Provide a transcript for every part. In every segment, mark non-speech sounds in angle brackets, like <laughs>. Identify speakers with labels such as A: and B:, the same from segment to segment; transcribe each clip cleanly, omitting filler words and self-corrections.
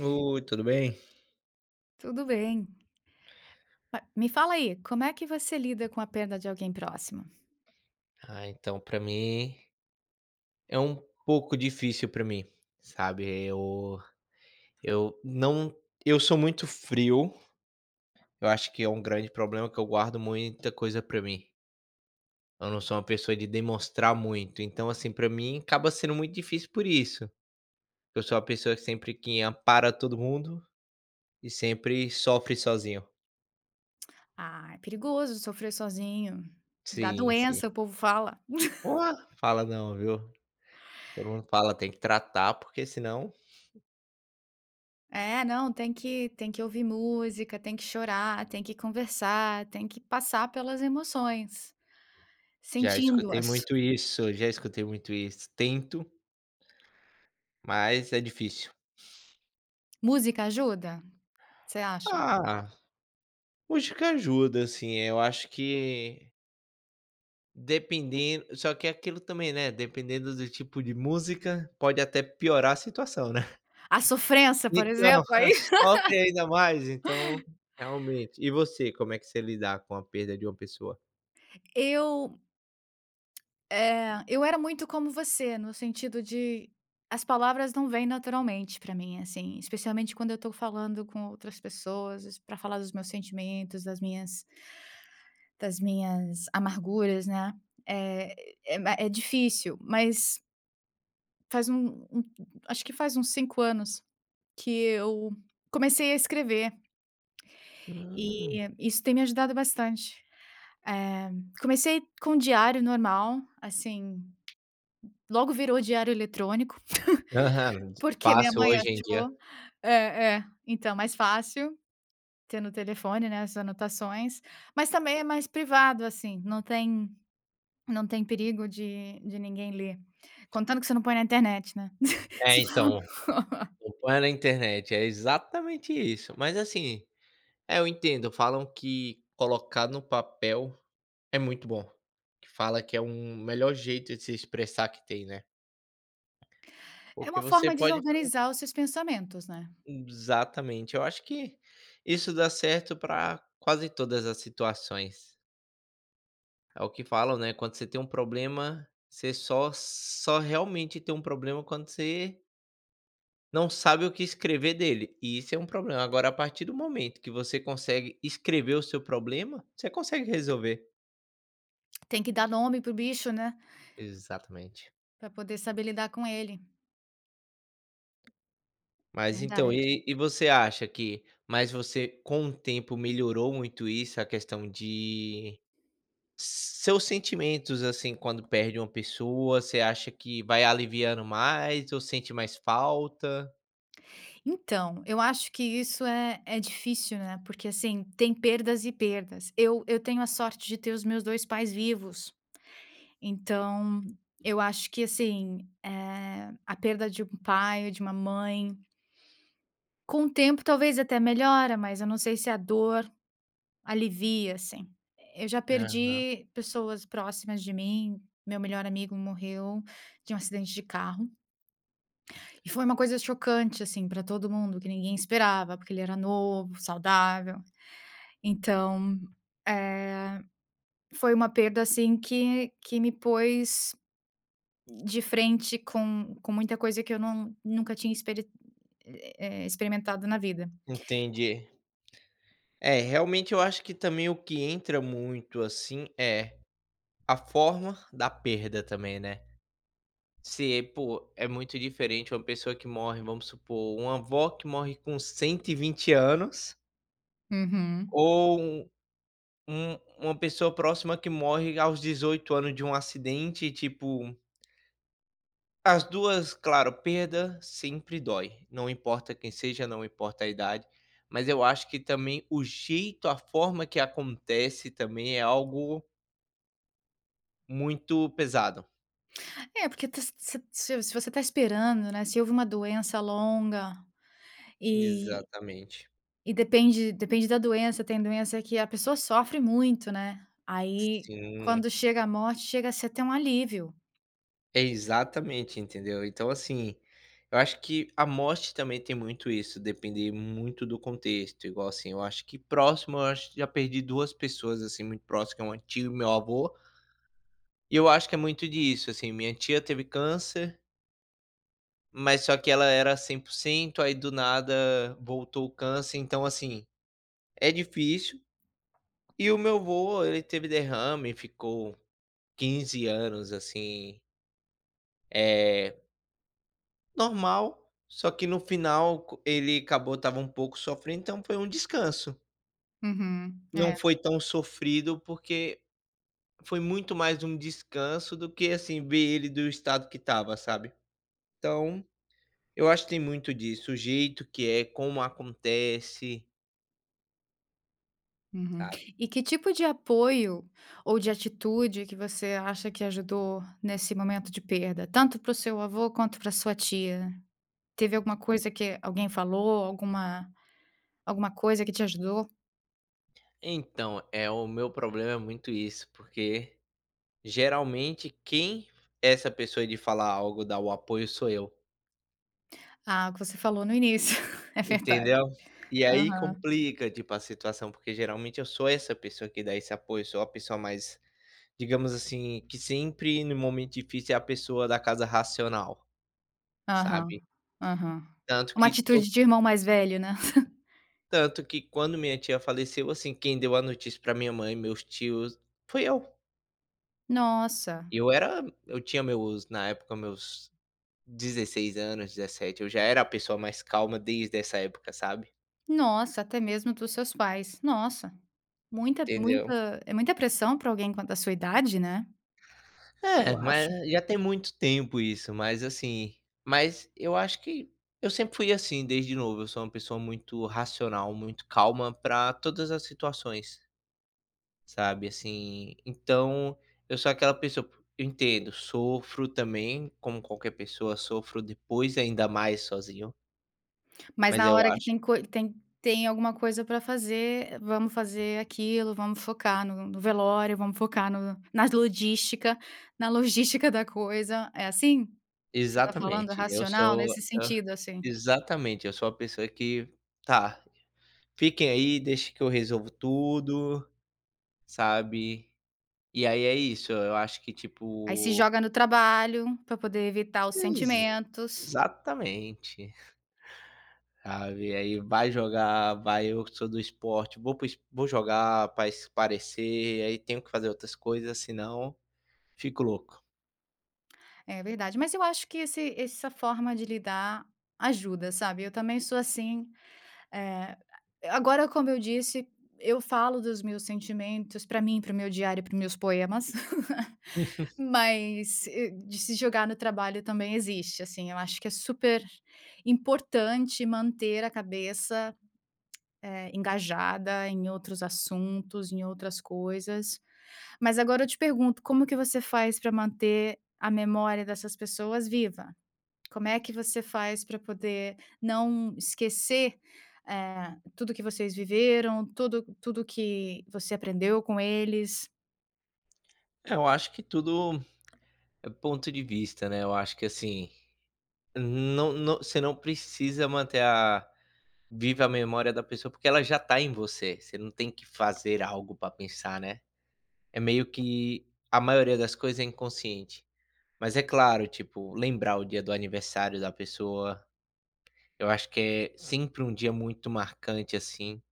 A: Oi, tudo bem?
B: Tudo bem. Ma Me fala aí, como é que você lida com a perda de alguém próximo?
A: Ah, então pra mim é um pouco difícil pra mim, sabe, eu não eu sou muito frio, eu acho que é um grande problema que eu guardo muita coisa pra mim. Eu não sou uma pessoa de demonstrar muito, então, assim, pra mim acaba sendo muito difícil por isso. Eu sou uma pessoa que sempre que ampara todo mundo e sempre sofre sozinho.
B: Ah, é perigoso sofrer sozinho. Dá
A: Sim, sim.
B: doença, o povo fala. <laughs>
A: Ó, fala não, viu. Todo mundo fala: "Tem que tratar, porque senão."
B: É, não, tem que ouvir música, tem que chorar, tem que conversar, tem que passar pelas emoções,
A: Já escutei
B: sentindo-as.
A: muito isso, já escutei muito isso. Tento, mas é difícil.
B: Música ajuda? Você acha?
A: Ah, música ajuda, assim, eu acho que dependendo só que é aquilo também, né, dependendo do tipo de música, pode até piorar a situação, né. <laughs>
B: A sofrência, por
A: Então,
B: exemplo, aí?
A: ah,
B: <laughs>
A: sofre ainda mais, então, realmente. E você, como é que você lidar com a perda de uma pessoa?
B: Eu É, eu era muito como você, no sentido de as palavras não vêm naturalmente pra mim, assim, especialmente quando eu tô falando com outras pessoas pra falar dos meus sentimentos, das minhas amarguras, né. Eh, é é ma é difícil, mas faz um um acho que faz uns 5 anos que eu comecei a escrever
A: Hum.
B: e isso tem me ajudado bastante. Eh, Comecei com um diário normal, assim, logo virou diário eletrônico.
A: Aham.
B: Porque minha
A: Fácil
B: mãe
A: hoje em dia.
B: achou é, é. Então, mais fácil ter no telefone, né, as anotações, mas também é mais privado, assim, não tem perigo de ninguém ler, contando que você não põe na internet, né. <laughs>
A: É,
B: Se for
A: então, não põe na internet, é exatamente isso. Mas assim, é, eu entendo. Falam que colocar no papel é muito bom. Que fala que é um melhor jeito de se expressar que tem, né.
B: é
A: Porque
B: uma
A: você
B: forma de
A: pode fazer,
B: organizar os seus pensamentos, né.
A: exatamente. Eu acho que isso dá certo para quase todas as situações. É o que falam, né, quando você tem um problema, você só realmente tem um problema quando você não sabe o que escrever dele, e isso é um problema. Agora, a partir do momento que você consegue escrever o seu problema, você consegue resolver.
B: Tem que dar nome pro bicho, né,
A: Exatamente.
B: pra poder saber lidar com ele.
A: Mas então,
B: Verdade.
A: e você acha que, mas você com o tempo melhorou muito isso, a questão de seus sentimentos, assim, quando perde uma pessoa, você acha que vai aliviando mais ou sente mais falta?
B: Então, eu acho que isso é difícil, né, porque, assim, tem perdas e perdas. Eu tenho a sorte de ter os meus 2 pais vivos. Então, eu acho que assim, a perda de um pai ou de uma mãe, com o tempo talvez até melhora, mas eu não sei se a dor alivia, assim. Eu já
A: Hã,
B: perdi pessoas próximas de mim, meu melhor amigo morreu de um acidente de carro, e foi uma coisa chocante, assim, para todo mundo, que ninguém esperava, porque ele era novo, saudável. Então, eh, foi uma perda assim que me pôs de frente com muita coisa que eu não nunca tinha experi eh, experimentado na vida.
A: entendi. É, realmente eu acho que também o que entra muito, assim, é a forma da perda também, né. Se, pô, é muito diferente uma pessoa que morre, vamos supor, uma avó que morre com 120 anos,
B: Uhum.
A: ou uma pessoa próxima que morre aos 18 anos de um acidente, tipo, as 2 claro, perda sempre dói, não importa quem seja, não importa a idade, mas eu acho que também o jeito, a forma que acontece também é algo muito pesado.
B: É, porque se você está esperando, né, se houve uma doença longa e
A: Exatamente.
B: depende da doença, tem doença que a pessoa sofre muito, né, aí
A: Sim.
B: quando chega a morte, chega a ser até um alívio.
A: É, exatamente, entendeu. Então, assim, eu acho que a morte também tem muito isso, depender muito do contexto, igual, assim, eu acho que próximo, eu acho que já perdi 2 pessoas, assim, muito próximo, que é uma tia e meu avô, e eu acho que é muito disso, assim, minha tia teve câncer, mas só que ela era 100%, aí do nada voltou o câncer, então, assim, é difícil. E o meu avô, ele teve derrame, ficou 15 anos, assim, eh Normal, só que no final co ele acabou, estava um pouco sofrendo, então foi um descanso.
B: Uhum.
A: Não
B: É.
A: foi tão sofrido, porque foi muito mais um descanso do que, assim, ver ele do estado que estava, sabe. Então, eu acho que tem muito disso, o jeito que é, como acontece,
B: Uhum.
A: sabe.
B: E que tipo de apoio ou de atitude que você acha que ajudou nesse momento de perda, tanto para o seu avô quanto para sua tia? Teve alguma coisa que alguém falou, alguma coisa que te ajudou?
A: Então, é, o meu problema é muito isso, porque geralmente quem é essa pessoa de falar algo, dar o apoio, sou eu.
B: Ah, o que você falou no início, <laughs> é verdade.
A: Entendeu? E aí
B: Aham,
A: complica, tipo, a situação, porque geralmente eu sou essa pessoa que dá esse apoio, sou a pessoa mais, digamos assim, que sempre no momento difícil é a pessoa da casa racional,
B: aham,
A: sabe?
B: aham.
A: Tanto
B: Uma
A: que to
B: atitude de irmão mais velho, né. <laughs>
A: tanto que quando minha tia faleceu, assim, quem deu a notícia pra minha mãe, meus tios, foi eu.
B: Nossa,
A: Eu era eu tinha meus na época meus 16 anos, 17, eu já era a pessoa mais calma desde essa época, sabe?
B: nossa, até mesmo dos seus pais. Nossa, muita
A: Entendeu?
B: muita muita pressão para alguém quanto à sua idade, né, eu
A: É, mas
B: acho.
A: já tem muito tempo isso, mas assim, mas eu acho que eu sempre fui assim, desde novo. Eu sou uma pessoa muito racional, muito calma para todas as situações, sabe, assim. Então, eu sou aquela pessoa, eu entendo, sofro também, como qualquer pessoa, sofro depois, ainda mais sozinho,
B: Mas
A: mas
B: na
A: eu
B: hora que
A: acho
B: tem alguma coisa para fazer, vamos fazer aquilo, vamos focar no velório, vamos focar no na logística da coisa. É assim? Que você está falando,
A: exatamente,
B: racional, nesse
A: hã,
B: sentido, assim?
A: exatamente, eu sou uma pessoa que: "Tá, fiquem aí, deixe que eu resolvo tudo", sabe. E aí é isso, eu acho que
B: Aí se
A: tipo,
B: joga no trabalho para poder evitar os
A: exa
B: sentimentos.
A: exatamente, sabe, aí vai jogar, vai, eu que sou do esporte, vou para o es vou jogar pra espairecer, aí tenho que fazer outras coisas, senão fico louco.
B: É verdade, mas eu acho que esse essa forma de lidar ajuda, sabe. Eu também sou assim. É, agora, como eu disse, eu falo dos meus sentimentos para mim, para o meu diário, para os meus poemas, <laughs> mas, de se jogar no trabalho também existe, assim, eu acho que é super importante manter a cabeça, engajada em outros assuntos, em outras coisas. Mas agora eu te pergunto, como que você faz para manter a memória dessas pessoas viva? Como é que você faz para poder não esquecer, tudo que vocês viveram, tudo que você aprendeu com eles?
A: É, eu acho que tudo é ponto de vista, né, eu acho que assim, não você não precisa manter a viva a memória da pessoa, porque ela já tá em você, você não tem que fazer algo pra pensar, né. É meio que a maioria das coisas é inconsciente. Mas é claro, tipo, lembrar o dia do aniversário da pessoa, eu acho que é sempre um dia muito marcante, assim.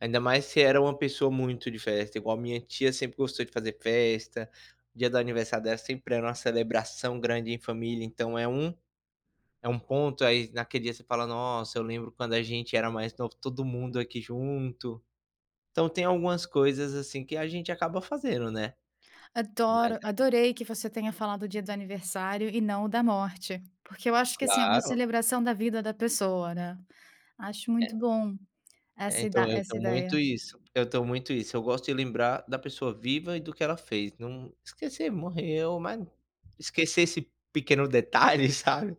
A: Ainda mais se era uma pessoa muito de festa, igual minha tia sempre gostou de fazer festa, o dia do aniversário dela sempre era uma celebração grande em família, então é um ponto, aí naquele dia você fala: "Nossa, eu lembro quando a gente era mais novo, todo mundo aqui junto". Então tem algumas coisas, assim, que a gente acaba fazendo, né. Mas
B: Adoro
A: é
B: Adorei que você tenha falado o dia do aniversário e não o da morte, porque eu acho que, assim, é uma
A: claro.
B: celebração da vida da pessoa, né. Acho muito bom
A: É, então, eu
B: essa
A: tenho muito
B: ideia.
A: isso, eu tenho muito isso. Eu gosto de lembrar da pessoa viva e do que ela fez, não esquecer, morreu, mas esquecer esse pequeno detalhe, <laughs> sabe.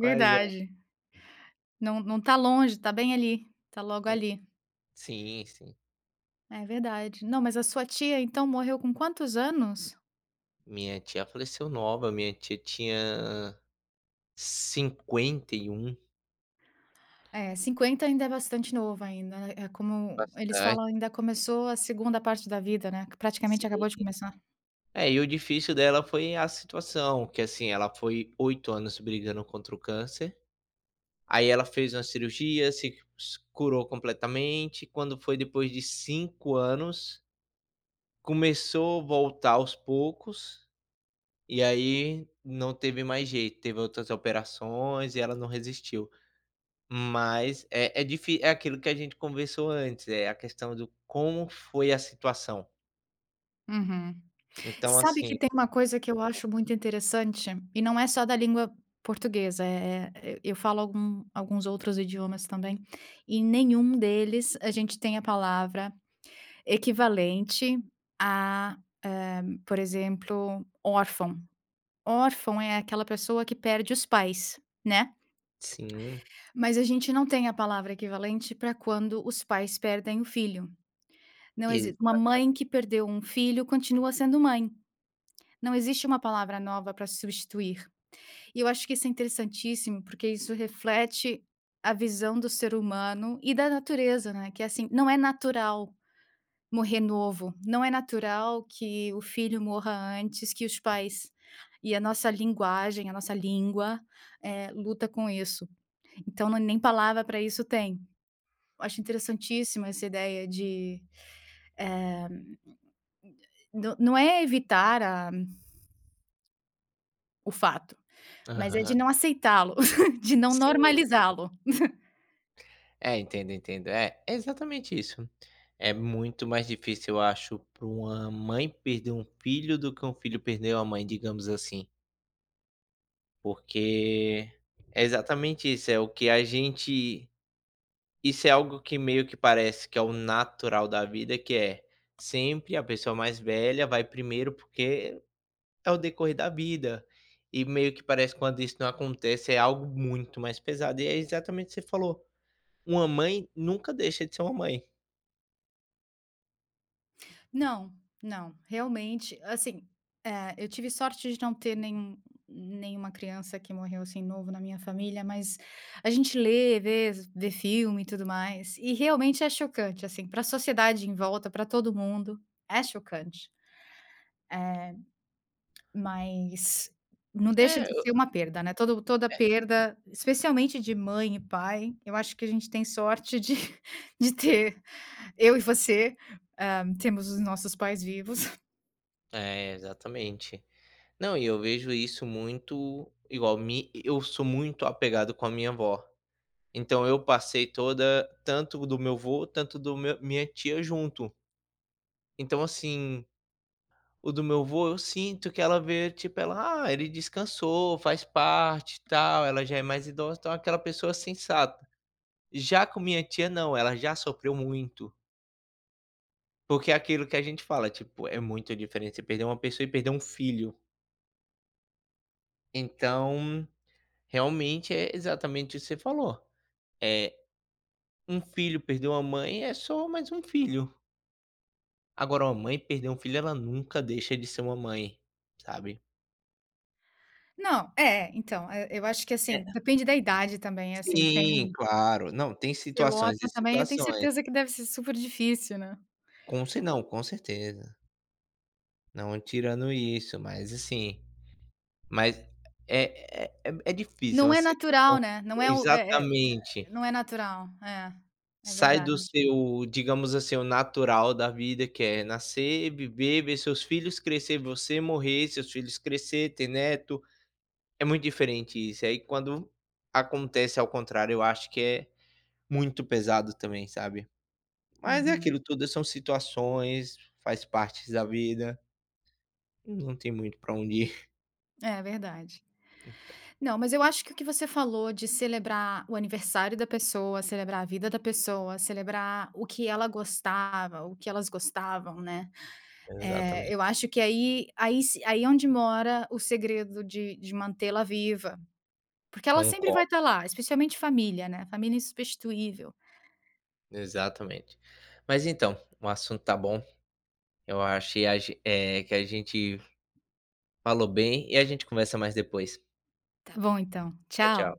A: Mas é,
B: Não, não tá longe, tá bem ali, tá logo
A: hum,
B: ali.
A: sim, sim.
B: É verdade. Não, mas a sua tia, então, morreu com quantos anos?
A: Minha tia faleceu nova, minha tia tinha 51.
B: É, 50 ainda é bastante novo ainda, né, é como eles
A: Bastante.
B: falam, ainda começou a segunda parte da vida, né, que praticamente acabou de
A: Sim.
B: começar.
A: É, e o difícil dela foi a situação, que assim, ela foi 8 anos brigando contra o câncer. Aí ela fez uma cirurgia, se curou completamente, quando foi depois de 5 anos, começou a voltar aos poucos, e aí não teve mais jeito, teve outras operações e ela não resistiu. Mas é é difí é aquilo que a gente conversou antes, é a questão do como foi a situação.
B: Uhum.
A: Então
B: Sabe que
A: assim
B: tem uma coisa que eu acho muito interessante, e não é só da língua portuguesa, eu falo algum alguns outros idiomas também, e nenhum deles a gente tem a palavra equivalente a, por exemplo, órfão. Órfão é aquela pessoa que perde os pais, né.
A: sim,
B: Mas a gente não tem a palavra equivalente para quando os pais perdem o filho. Não
A: ex
B: existe, uma mãe que perdeu um filho continua sendo mãe. Não existe uma palavra nova para substituir. E eu acho que isso é interessantíssimo, porque isso reflete a visão do ser humano e da natureza, né, que é assim, não é natural morrer novo, não é natural que o filho morra antes que os pais. E a nossa linguagem, a nossa língua, luta com isso. Então não é nem palavra para isso tem. Acho interessantíssima essa ideia de não é evitar a o fato, mas é de
A: aham.
B: não aceitá-lo, <laughs> de não
A: Sim.
B: normalizá-lo.
A: É, entendo, entendo. É, é exatamente isso. É muito mais difícil, eu acho, para uma mãe perder um filho do que um filho perder uma mãe, digamos assim. Porque é exatamente isso, é o que a gente. Isso é algo que meio que parece que é o natural da vida, que é sempre a pessoa mais velha vai primeiro porque é o decorrer da vida. E meio que parece que quando isso não acontece é algo muito mais pesado. E é exatamente o que você falou. Uma mãe nunca deixa de ser uma mãe.
B: Não, não, realmente, assim, eu tive sorte de não ter nenhuma criança que morreu, assim, novo na minha família, mas a gente lê, vê filme e tudo mais, e realmente é chocante, assim, para a sociedade em volta, para todo mundo, é chocante. É, mas não deixa
A: É,
B: de ser uma perda, né, todo toda perda, especialmente de mãe e pai, eu acho que a gente tem sorte de <laughs> de ter eu e você, hã, temos os nossos pais vivos. <laughs>
A: É, exatamente. Não, e eu vejo isso muito igual, mi eu sou muito apegado com a minha avó. Então eu passei toda, tanto do meu avô, tanto do meu minha tia junto. Então, assim, o do meu avô eu sinto que ela vê, tipo, ela: "Ah, ele descansou, faz parte e tal, ela já é mais idosa", então é aquela pessoa sensata. Já com minha tia não, ela já sofreu muito, porque é aquilo que a gente fala, tipo, é muito diferente você perder uma pessoa e perder um filho. Então, realmente é exatamente o que você falou. É, um filho perdeu uma mãe é só mais um filho. Agora, uma mãe perder um filho, ela nunca deixa de ser uma mãe, sabe.
B: Não, é, então, eu acho que,
A: É,
B: assim, depende da idade também, assim, tem.
A: sim, claro. Não, tem
B: Ser
A: situações
B: órfã
A: e
B: também, eu tenho
A: situações.
B: certeza que deve ser super difícil, né.
A: Com ce não, com certeza. Não tirando isso, mas assim, mas é difícil,
B: Não
A: uma
B: é natural,
A: situação,
B: né, não é o é é
A: exatamente.
B: não é natural. É, é
A: Sai do
B: verdade.
A: seu, digamos assim, o natural da vida, que é nascer, viver, ver seus filhos crescer, você morrer, seus filhos crescer, ter neto. É muito diferente isso. Aí quando acontece ao contrário, eu acho que é muito pesado também, sabe. Mas é
B: Uhum.
A: aquilo, tudo são situações, faz parte da vida, não tem muito pra onde ir.
B: É verdade. Não, mas eu acho que o que você falou de celebrar o aniversário da pessoa, celebrar a vida da pessoa, celebrar o que ela gostava, o que elas gostavam, né,
A: <laughs>
B: eu
A: Exatamente,
B: acho que aí aí se aí é onde mora o segredo de mantê-la viva, porque ela sempre
A: concordo,
B: vai estar lá, especialmente família, né, família é insubstituível.
A: exatamente. Mas então, o assunto tá bom, eu achei, que a gente falou bem e a gente conversa mais depois.
B: Tá bom então,
A: Tchau,
B: tchau.
A: tchau.